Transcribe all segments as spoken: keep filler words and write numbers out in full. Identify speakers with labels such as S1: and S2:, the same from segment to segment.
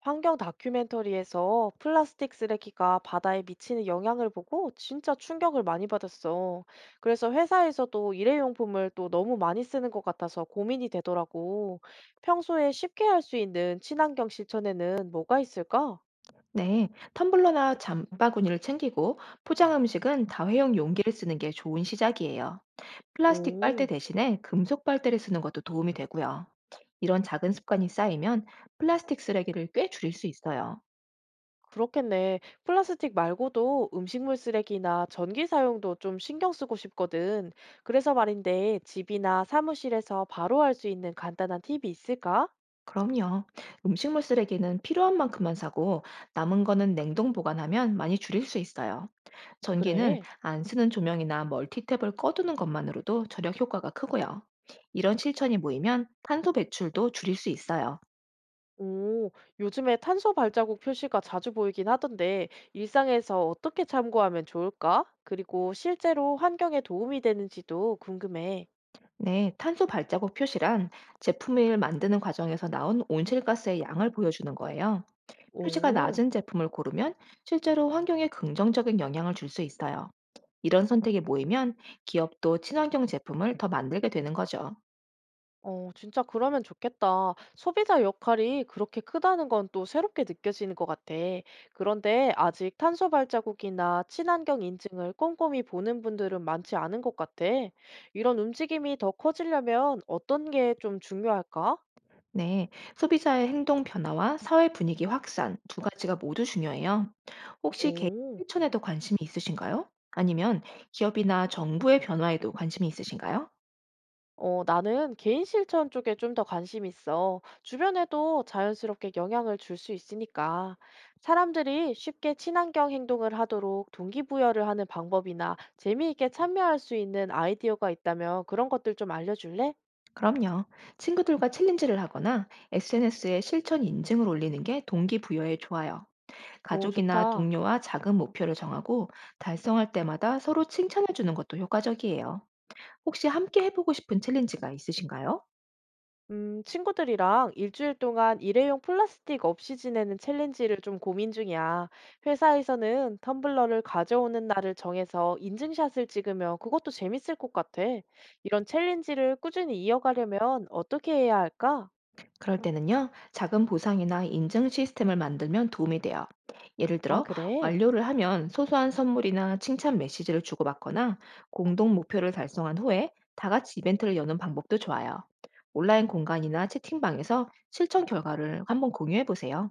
S1: 환경 다큐멘터리에서 플라스틱 쓰레기가 바다에 미치는 영향을 보고 진짜 충격을 많이 받았어. 그래서 회사에서도 일회용품을 또 너무 많이 쓰는 것 같아서 고민이 되더라고. 평소에 쉽게 할 수 있는 친환경 실천에는 뭐가 있을까?
S2: 네, 텀블러나 장바구니를 챙기고 포장 음식은 다회용 용기를 쓰는 게 좋은 시작이에요. 플라스틱 빨대
S1: 오,
S2: 대신에 금속 빨대를 쓰는 것도 도움이 되고요. 이런 작은 습관이 쌓이면 플라스틱 쓰레기를 꽤 줄일 수 있어요.
S1: 그렇겠네. 플라스틱 말고도 음식물 쓰레기나 전기 사용도 좀 신경 쓰고 싶거든. 그래서 말인데 집이나 사무실에서 바로 할 수 있는 간단한 팁이 있을까?
S2: 그럼요. 음식물 쓰레기는 필요한 만큼만 사고 남은 거는 냉동 보관하면 많이 줄일 수 있어요. 전기는
S1: 그래.
S2: 안 쓰는 조명이나 멀티탭을 꺼두는 것만으로도 절약 효과가 크고요. 이런 실천이 모이면 탄소 배출도 줄일 수 있어요.
S1: 오, 요즘에 탄소 발자국 표시가 자주 보이긴 하던데, 일상에서 어떻게 참고하면 좋을까? 그리고 실제로 환경에 도움이 되는지도 궁금해.
S2: 네, 탄소 발자국 표시란 제품을 만드는 과정에서 나온 온실가스의 양을 보여주는 거예요. 표시가
S1: 오,
S2: 낮은 제품을 고르면 실제로 환경에 긍정적인 영향을 줄 수 있어요. 이런 선택이 모이면 기업도 친환경 제품을 더 만들게 되는 거죠.
S1: 어, 진짜 그러면 좋겠다. 소비자 역할이 그렇게 크다는 건 또 새롭게 느껴지는 것 같아. 그런데 아직 탄소 발자국이나 친환경 인증을 꼼꼼히 보는 분들은 많지 않은 것 같아. 이런 움직임이 더 커지려면 어떤 게 좀 중요할까?
S2: 네, 소비자의 행동 변화와 사회 분위기 확산 두 가지가 모두 중요해요. 혹시 개인
S1: 오.
S2: 실천에도 관심이 있으신가요? 아니면 기업이나 정부의 변화에도 관심이 있으신가요?
S1: 어, 나는 개인 실천 쪽에 좀 더 관심 있어. 주변에도 자연스럽게 영향을 줄 수 있으니까. 사람들이 쉽게 친환경 행동을 하도록 동기부여를 하는 방법이나 재미있게 참여할 수 있는 아이디어가 있다면 그런 것들 좀 알려줄래?
S2: 그럼요. 친구들과 챌린지를 하거나 에스엔에스에 실천 인증을 올리는 게 동기부여에 좋아요.
S1: 오,
S2: 가족이나
S1: 좋다.
S2: 동료와 작은 목표를 정하고 달성할 때마다 서로 칭찬해 주는 것도 효과적이에요. 혹시 함께 해보고 싶은 챌린지가 있으신가요?
S1: 음, 친구들이랑 일주일 동안 일회용 플라스틱 없이 지내는 챌린지를 좀 고민 중이야. 회사에서는 텀블러를 가져오는 날을 정해서 인증샷을 찍으면 그것도 재밌을 것 같아. 이런 챌린지를 꾸준히 이어가려면 어떻게 해야 할까?
S2: 그럴 때는요, 작은 보상이나 인증 시스템을 만들면 도움이 돼요. 예를
S1: 아,
S2: 들어,
S1: 그래?
S2: 완료를 하면 소소한 선물이나 칭찬 메시지를 주고받거나 공동 목표를 달성한 후에 다 같이 이벤트를 여는 방법도 좋아요. 온라인 공간이나 채팅방에서 실천 결과를 한번 공유해 보세요.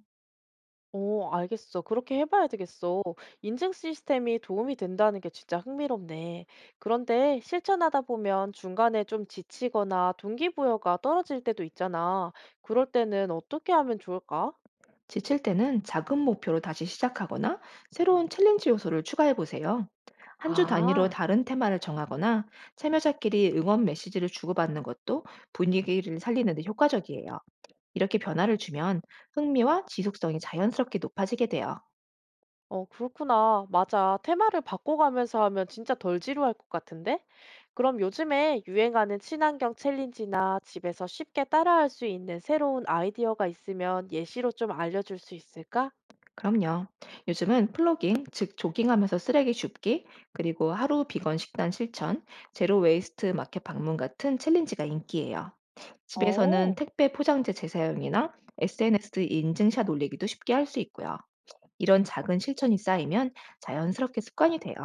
S1: 어, 알겠어. 그렇게 해봐야 되겠어. 인증 시스템이 도움이 된다는 게 진짜 흥미롭네. 그런데 실천하다 보면 중간에 좀 지치거나 동기부여가 떨어질 때도 있잖아. 그럴 때는 어떻게 하면 좋을까?
S2: 지칠 때는 작은 목표로 다시 시작하거나 새로운 챌린지 요소를 추가해 보세요. 한 주 단위로
S1: 아,
S2: 다른 테마를 정하거나 참여자끼리 응원 메시지를 주고받는 것도 분위기를 살리는 데 효과적이에요. 이렇게 변화를 주면 흥미와 지속성이 자연스럽게 높아지게 돼요.
S1: 어, 그렇구나. 맞아. 테마를 바꿔가면서 하면 진짜 덜 지루할 것 같은데? 그럼 요즘에 유행하는 친환경 챌린지나 집에서 쉽게 따라할 수 있는 새로운 아이디어가 있으면 예시로 좀 알려줄 수 있을까?
S2: 그럼요. 요즘은 플로깅, 즉 조깅하면서 쓰레기 줍기, 그리고 하루 비건 식단 실천, 제로 웨이스트 마켓 방문 같은 챌린지가 인기예요. 집에서는
S1: 어.
S2: 택배 포장재 재사용이나 에스엔에스 인증샷 올리기도 쉽게 할 수 있고요. 이런 작은 실천이 쌓이면 자연스럽게 습관이 돼요.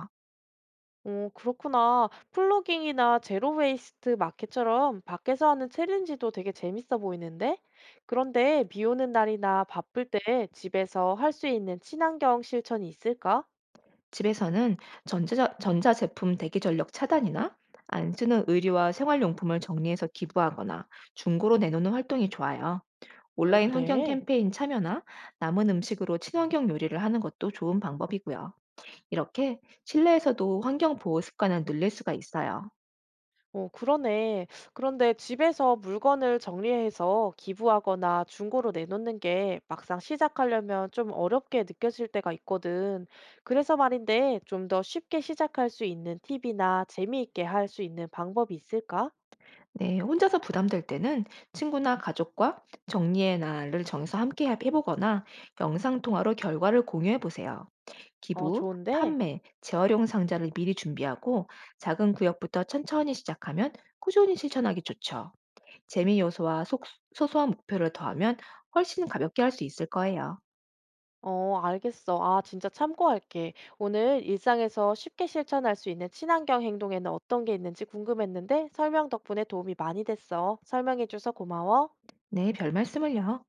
S1: 오, 그렇구나. 플로깅이나 제로 웨이스트 마켓처럼 밖에서 하는 챌린지도 되게 재밌어 보이는데? 그런데 비 오는 날이나 바쁠 때 집에서 할 수 있는 친환경 실천이 있을까?
S2: 집에서는 전자, 전자제품 대기 전력 차단이나 안 쓰는 의류와 생활용품을 정리해서 기부하거나 중고로 내놓는 활동이 좋아요.
S1: 오,
S2: 온라인 환경
S1: 그래.
S2: 캠페인 참여나 남은 음식으로 친환경 요리를 하는 것도 좋은 방법이고요. 이렇게 실내에서도 환경 보호 습관을 늘릴 수가 있어요.
S1: 오, 그러네. 그런데 집에서 물건을 정리해서 기부하거나 중고로 내놓는 게 막상 시작하려면 좀 어렵게 느껴질 때가 있거든. 그래서 말인데 좀 더 쉽게 시작할 수 있는 팁이나 재미있게 할 수 있는 방법이 있을까?
S2: 네, 혼자서 부담될 때는 친구나 가족과 정리의 날을 정해서 함께 해- 해보거나 영상통화로 결과를 공유해 보세요.
S1: 어,
S2: 기부,
S1: 좋은데?
S2: 판매, 재활용 상자를 미리 준비하고 작은 구역부터 천천히 시작하면 꾸준히 실천하기 좋죠. 재미 요소와 속- 소소한 목표를 더하면 훨씬 가볍게 할 수 있을 거예요.
S1: 어, 알겠어. 아, 진짜 참고할게. 오늘 일상에서 쉽게 실천할 수 있는 친환경 행동에는 어떤 게 있는지 궁금했는데 설명 덕분에 도움이 많이 됐어. 설명해줘서 고마워.
S2: 네, 별 말씀을요.